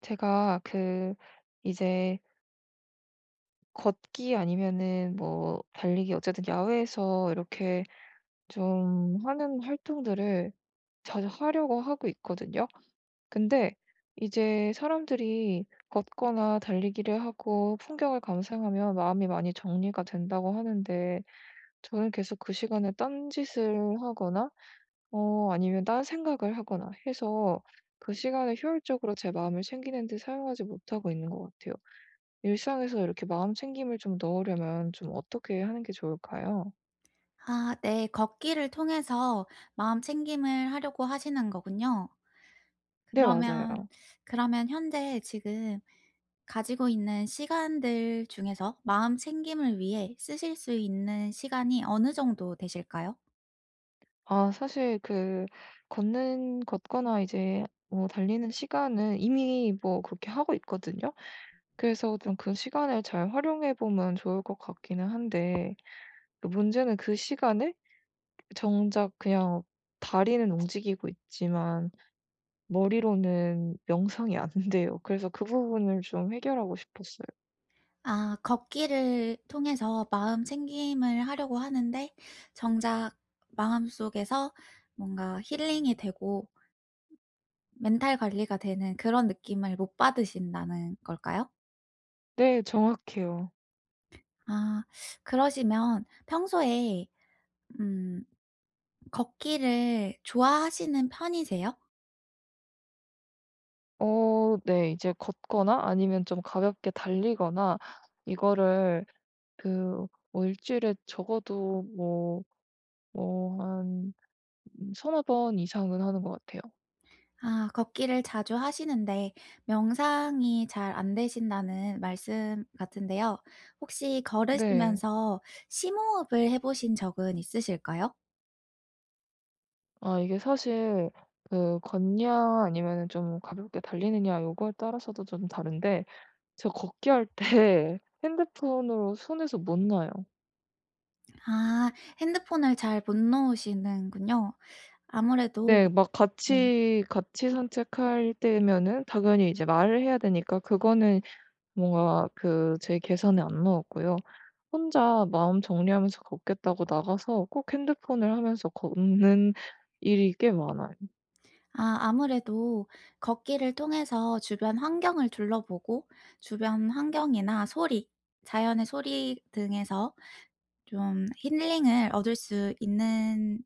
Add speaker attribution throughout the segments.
Speaker 1: 제가 그 이제 걷기 아니면은 뭐 달리기 어쨌든 야외에서 이렇게 좀 하는 활동들을 자주 하려고 하고 있거든요. 근데 이제 사람들이 걷거나 달리기를 하고 풍경을 감상하면 마음이 많이 정리가 된다고 하는데, 저는 계속 그 시간에 딴짓을 하거나 아니면 딴 생각을 하거나 해서 그 시간을 효율적으로 제 마음을 챙기는 데 사용하지 못하고 있는 것 같아요. 일상에서 이렇게 마음 챙김을 좀 넣으려면 좀 어떻게 하는 게 좋을까요?
Speaker 2: 아 네. 걷기를 통해서 마음 챙김을 하려고 하시는 거군요.
Speaker 1: 네,
Speaker 2: 그러면
Speaker 1: 맞아요.
Speaker 2: 그러면 현재 지금 가지고 있는 시간들 중에서 마음 챙김을 위해 쓰실 수 있는 시간이 어느 정도 되실까요?
Speaker 1: 아, 사실 그 걷는 걷거나 이제 뭐 달리는 시간은 이미 뭐 그렇게 하고 있거든요. 그래서 좀 그 시간을 잘 활용해 보면 좋을 것 같기는 한데, 그 문제는 그 시간에 정작 그냥 다리는 움직이고 있지만 머리로는 명상이 안 돼요. 그래서 그 부분을 좀 해결하고 싶었어요.
Speaker 2: 아 걷기를 통해서 마음 챙김을 하려고 하는데 정작 마음속에서 뭔가 힐링이 되고 멘탈 관리가 되는 그런 느낌을 못 받으신다는 걸까요?
Speaker 1: 네, 정확해요.
Speaker 2: 아 그러시면 평소에 음 걷기를 좋아하시는 편이세요?
Speaker 1: 어 네. 이제 걷거나 아니면 좀 가볍게 달리거나 이거를 그뭐 주일에 적어도 뭐 뭐 한 서너 번 이상은 하는 것 같아요.
Speaker 2: 아 걷기를 자주 하시는데 명상이 잘 안 되신다는 말씀 같은데요. 혹시
Speaker 1: 네.
Speaker 2: 걸으시면서 심호흡을 해 보신 적은 있으실까요?
Speaker 1: 아 이게 사실 그 걷냐 아니면 좀 가볍게 달리느냐 요거에 따라서도 좀 다른데, 제가 걷기 할 때 핸드폰으로 손에서 못 놔요.
Speaker 2: 아 핸드폰을 잘 못 놓으시는군요.
Speaker 1: 네.
Speaker 2: 아무래도
Speaker 1: 막
Speaker 2: 네.
Speaker 1: 같이 같이 산책할 때면은 당연히 이제 말을 해야 되니까 그거는 뭔가 그 제 계산에 안 넣었고요. 혼자 마음 정리하면서 걷겠다고 나가서 꼭 핸드폰을 하면서 걷는 일이 꽤 많아요.
Speaker 2: 아, 아무래도 걷기를 통해서 주변 환경을 둘러보고 주변 환경이나 소리, 자연의 소리 등에서 좀 힐링을 얻을 수 있는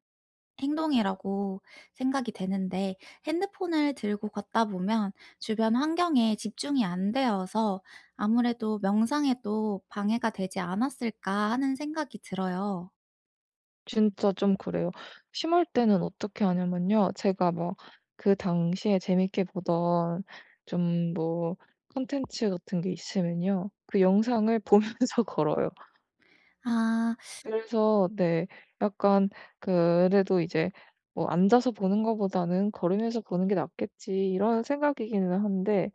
Speaker 2: 행동이라고 생각이 되는데 핸드폰을 들고 걷다 보면 주변 환경에 집중이 안 되어서 아무래도 명상에도 방해가 되지 않았을까 하는 생각이 들어요.
Speaker 1: 진짜 좀 그래요. 심할 때는 어떻게 하냐면요, 제가 막 그 당시에 재밌게 보던 좀 뭐 콘텐츠 같은 게 있으면요, 그 영상을 보면서 걸어요.
Speaker 2: 아,
Speaker 1: 그래서 네. 약간 그래도 이제 뭐 '앉아서 보는 것보다는 걸으면서 보는 게 낫겠지.' 이런 생각이기는 한데,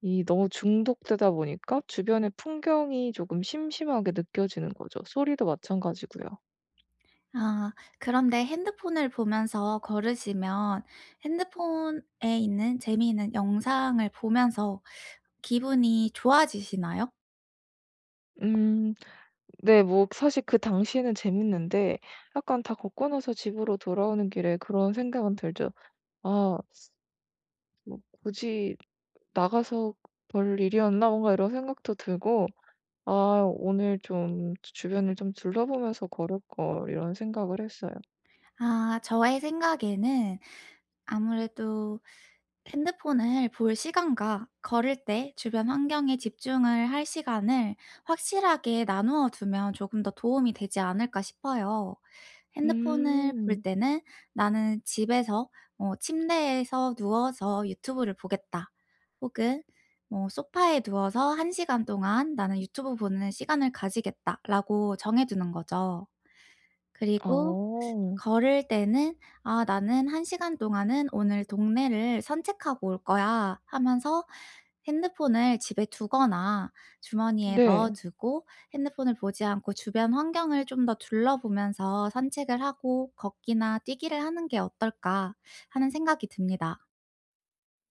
Speaker 1: 이 너무 중독되다 보니까 주변의 풍경이 조금 심심하게 느껴지는 거죠. 소리도 마찬가지고요.
Speaker 2: 아 그런데 핸드폰을 보면서 걸으시면 핸드폰에 있는 재미있는 영상을 보면서 기분이 좋아지시나요?
Speaker 1: 음 네, 뭐 사실 그 당시에는 재밌는데, 약간 다 걷고 나서 집으로 돌아오는 길에 그런 생각은 들죠. '아 뭐 굳이 나가서 볼 일이었나?' 뭔가 이런 생각도 들고, 아 오늘 좀 주변을 좀 둘러보면서 걸을 걸 이런 생각을 했어요.
Speaker 2: 아 저의 생각에는 아무래도 핸드폰을 볼 시간과 걸을 때 주변 환경에 집중을 할 시간을 확실하게 나누어 두면 조금 더 도움이 되지 않을까 싶어요. 핸드폰을 볼
Speaker 1: 음.
Speaker 2: 때는 '나는 집에서 침대에서 누워서 유튜브를 보겠다.' 혹은 뭐 '소파에 누워서 한 시간 동안 나는 유튜브 보는 시간을 가지겠다.'라고 정해 두는 거죠. 그리고
Speaker 1: 어.
Speaker 2: 걸을 때는 '아 나는 한 시간 동안은 오늘 동네를 산책하고 올 거야.' 하면서 핸드폰을 집에 두거나 주머니에 넣어
Speaker 1: 네.
Speaker 2: 두고 핸드폰을 보지 않고 주변 환경을 좀 더 둘러보면서 산책을 하고 걷기나 뛰기를 하는 게 어떨까 하는 생각이 듭니다.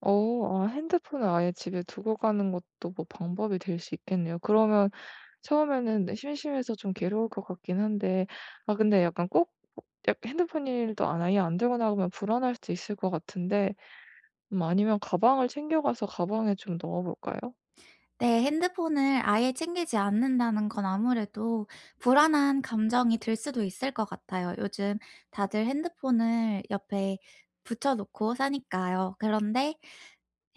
Speaker 1: 어 아 핸드폰을 아예 집에 두고 가는 것도 뭐 방법이 될 수 있겠네요. 그러면 처음에는 심심해서 좀 괴로울 것 같긴 한데, 아 근데 약간 꼭 약 핸드폰 일도 안 아예 안 들고 나가면 불안할 수도 있을 것 같은데, 아니면 가방을 챙겨 가서 가방에 좀 넣어 볼까요?
Speaker 2: 네, 핸드폰을 아예 챙기지 않는다는 건 아무래도 불안한 감정이 들 수도 있을 것 같아요. 요즘 다들 핸드폰을 옆에 붙여놓고 사니까요. 그런데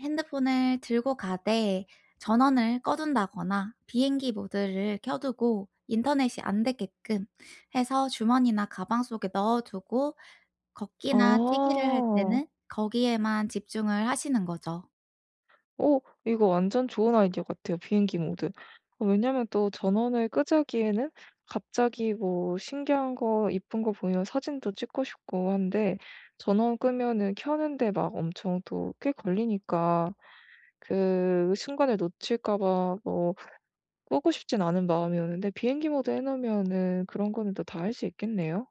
Speaker 2: 핸드폰을 들고 가되 전원을 꺼둔다거나 비행기 모드를 켜두고 인터넷이 안 되게끔 해서 주머니나 가방 속에 넣어두고 걷기나 뛰기를 할
Speaker 1: 아.
Speaker 2: 때는 거기에만 집중을 하시는 거죠.
Speaker 1: 어 이거 완전 좋은 아이디어 같아요, 비행기 모드. 어 왜냐면 또 전원을 끄자기에는 갑자기 뭐 신기한 거 이쁜 거 보이면 사진도 찍고 싶고 한데, 전원 끄면은 켜는데 막 엄청 또 꽤 걸리니까 그 순간을 놓칠까 봐뭐 끄고 싶진 않은 마음이었는데, 비행기 모드 해 놓으면은 그런 거는 또 다 할 수 있겠네요.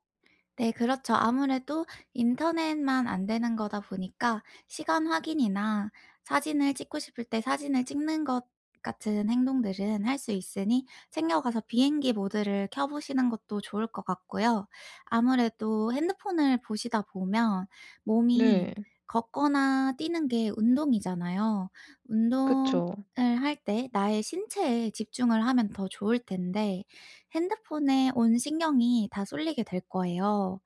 Speaker 2: 네, 그렇죠. 아무래도 인터넷만 안 되는 거다 보니까 시간 확인이나 사진을 찍고 싶을 때 사진을 찍는 것 같은 행동들은 할 수 있으니 챙겨가서 비행기 모드를 켜보시는 것도 좋을 것 같고요. 아무래도 핸드폰을 보시다 보면 몸이
Speaker 1: 네.
Speaker 2: 걷거나 뛰는 게 운동이잖아요. 운동을
Speaker 1: 그쵸.
Speaker 2: 할 때 나의 신체에 집중을 하면 더 좋을 텐데 핸드폰에 온 신경이 다 쏠리게 될 거예요.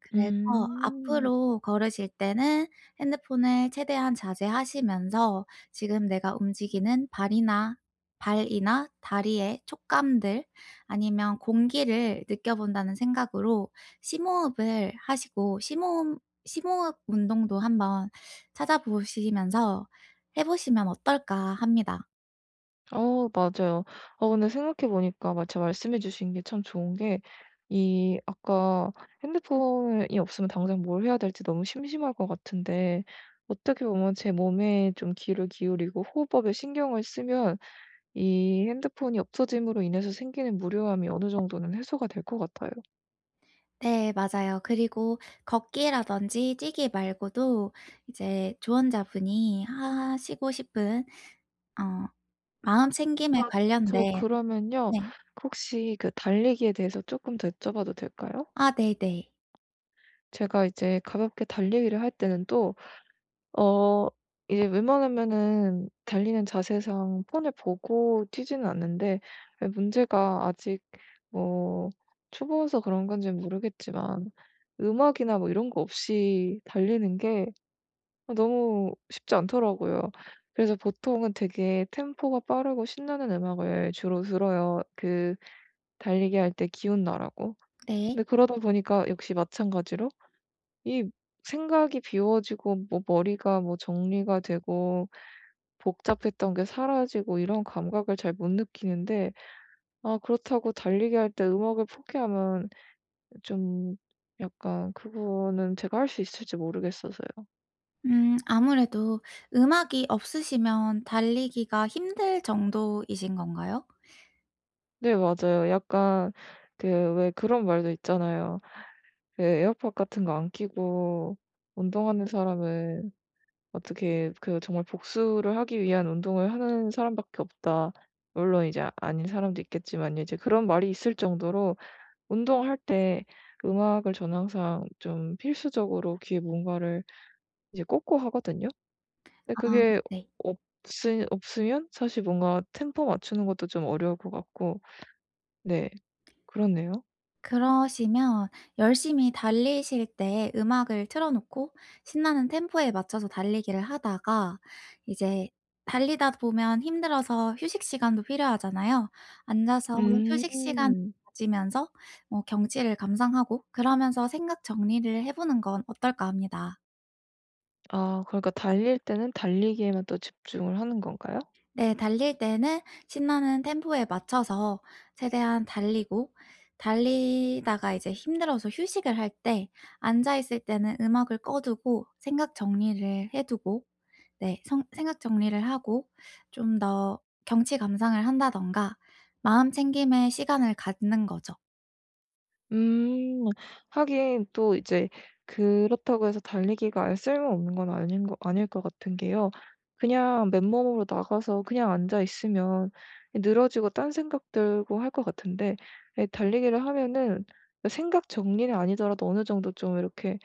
Speaker 2: 그래서
Speaker 1: 음.
Speaker 2: 앞으로 걸으실 때는 핸드폰을 최대한 자제하시면서 지금 내가 움직이는 발이나 다리의 촉감들 아니면 공기를 느껴본다는 생각으로 심호흡을 하시고 심호흡 운동도 한번 찾아보시면서 해 보시면 어떨까 합니다.
Speaker 1: 어 맞아요. 어 근데 생각해 보니까 마치 말씀해 주신 게 참 좋은 게, 이 아까 핸드폰이 없으면 당장 뭘 해야 될지 너무 심심할 것 같은데, 어떻게 보면 제 몸에 좀 귀를 기울이고 호흡법에 신경을 쓰면 이 핸드폰이 없어짐으로 인해서 생기는 무료함이 어느 정도는 해소가 될 것 같아요.
Speaker 2: 네 맞아요. 그리고 걷기라든지 뛰기 말고도 이제 조언자분이 하시고 싶은 어. 마음챙김에
Speaker 1: 아, 저
Speaker 2: 관련된
Speaker 1: 그러면요,
Speaker 2: 네.
Speaker 1: 혹시 그 달리기에 대해서 조금 더 여쭤봐도 될까요?
Speaker 2: 아 네네.
Speaker 1: 제가 이제 가볍게 달리기를 할 때는 또 어 이제 웬만하면은 달리는 자세상 폰을 보고 뛰지는 않는데, 예 문제가 아직 뭐 초보여서 그런 건지는 모르겠지만 음악이나 뭐 이런 거 없이 달리는 게 어 너무 쉽지 않더라고요. 그래서 보통은 되게 템포가 빠르고 신나는 음악을 주로 들어요, 그 달리기 할 때 기운 나라고.
Speaker 2: 네.
Speaker 1: 근데 그러다 보니까 역시 마찬가지로 이 생각이 비워지고 뭐 머리가 뭐 정리가 되고 복잡했던 게 사라지고 이런 감각을 잘 못 느끼는데, 아 그렇다고 달리기 할 때 음악을 포기하면 좀 약간 그거는 제가 할 수 있을지 모르겠어서요.
Speaker 2: 아무래도 음악이 없으시면 달리기가 힘들 정도이신 건가요?
Speaker 1: 네, 맞아요. 약간 그 왜 그런 말도 있잖아요. 그 에어팟 같은 거 안 끼고 운동하는 사람은 어떻게 그 정말 복수를 하기 위한 운동을 하는 사람밖에 없다. 물론 이제 아닌 사람도 있겠지만요. 이제 그런 말이 있을 정도로 운동할 때 음악을 저는 항상 좀 필수적으로 귀에 뭔가를 이제 꽂고 하거든요. 근데
Speaker 2: 아
Speaker 1: 그게
Speaker 2: 네.
Speaker 1: 없으면 사실 뭔가 템포 맞추는 것도 좀 어려울 것 같고 네 그렇네요.
Speaker 2: 그러시면 열심히 달리실 때 음악을 틀어 놓고 신나는 템포에 맞춰서 달리기를 하다가 이제 달리다 보면 힘들어서 휴식 시간도 필요하잖아요. 앉아서 휴식 시간
Speaker 1: 음.
Speaker 2: 가지면서 어 경치를 감상하고 그러면서 생각 정리를 해 보는 건 어떨까 합니다.
Speaker 1: 아 그러니까 달릴 때는 달리기에만 또 집중을 하는 건가요?
Speaker 2: 네. 달릴 때는 신나는 템포에 맞춰서 최대한 달리고 달리다가 이제 힘들어서 휴식을 할 때 앉아 있을 때는 음악을 꺼 두고 생각 정리를 해 두고 네 성 생각 정리를 하고 좀 더 경치 감상을 한다던가 마음 챙김의 시간을 갖는 거죠.
Speaker 1: 음. 하긴 또 이제 그렇다고 해서 달리기가 아예 쓸모없는 건 아닌 거 아닐 것 같은 게요. 그냥 맨몸으로 나가서 그냥 앉아 있으면 늘어지고 딴 생각 들고 할 것 같은데, 예 달리기를 하면은 그 생각 정리는 아니더라도 어느 정도 좀 이렇게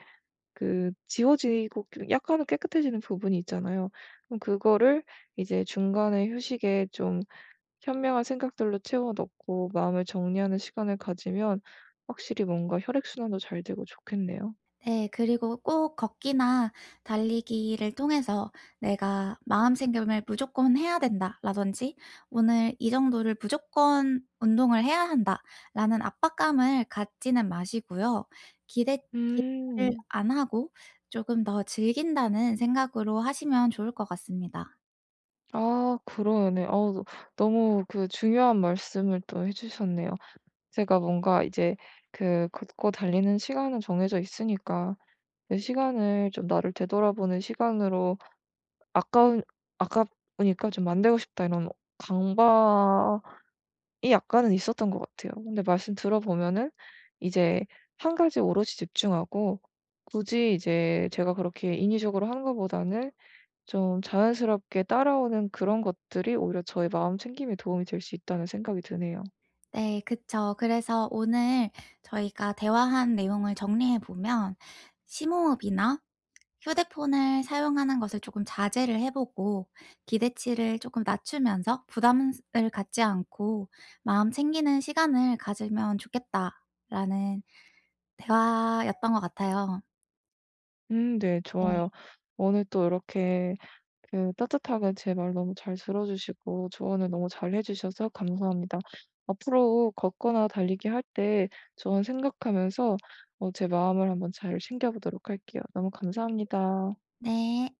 Speaker 1: 그 지워지고 좀 약간은 깨끗해지는 부분이 있잖아요. 그럼 그거를 이제 중간에 휴식에 좀 현명한 생각들로 채워 넣고 마음을 정리하는 시간을 가지면 확실히 뭔가 혈액순환도 잘 되고 좋겠네요.
Speaker 2: 네. 그리고 꼭 걷기나 달리기를 통해서 '내가 마음챙김을 무조건 해야 된다.'라든지 '오늘 이 정도를 무조건 운동을 해야 한다.'라는 압박감을 갖지는 마시고요. 기대 기대를
Speaker 1: 음.
Speaker 2: 안 하고 조금 더 즐긴다는 생각으로 하시면 좋을 것 같습니다.
Speaker 1: 아 그러네. 어 너무 그 중요한 말씀을 또 해 주셨네요. 제가 뭔가 이제 그 걷고 달리는 시간은 정해져 있으니까 그 시간을 좀 나를 되돌아보는 시간으로 아까운 '아깝으니까 좀 만들고 싶다.' 이런 강박 이 약간은 있었던 것 같아요. 근데 말씀 들어보면은 이제 한 가지에 오롯이 집중하고 굳이 이제 제가 그렇게 인위적으로 하는 것보다는 좀 자연스럽게 따라오는 그런 것들이 오히려 저의 마음 챙김에 도움이 될 수 있다는 생각이 드네요.
Speaker 2: 네. 그쵸. 그래서 오늘 저희가 대화한 내용을 정리해 보면 심호흡이나 휴대폰을 사용하는 것을 조금 자제를 해 보고 기대치를 조금 낮추면서 부담을 갖지 않고 마음 챙기는 시간을 가지면 좋겠다라는 대화였던 것 같아요.
Speaker 1: 네,
Speaker 2: 네.
Speaker 1: 좋아요. 오늘 또 이렇게 그 따뜻하게 제 말 너무 잘 들어주시고 조언을 너무 잘 해주셔서 감사합니다. 앞으로 걷거나 달리기 할 때 조언 생각하면서 제 마음을 한번 잘 챙겨보도록 할게요. 너무 감사합니다.
Speaker 2: 네.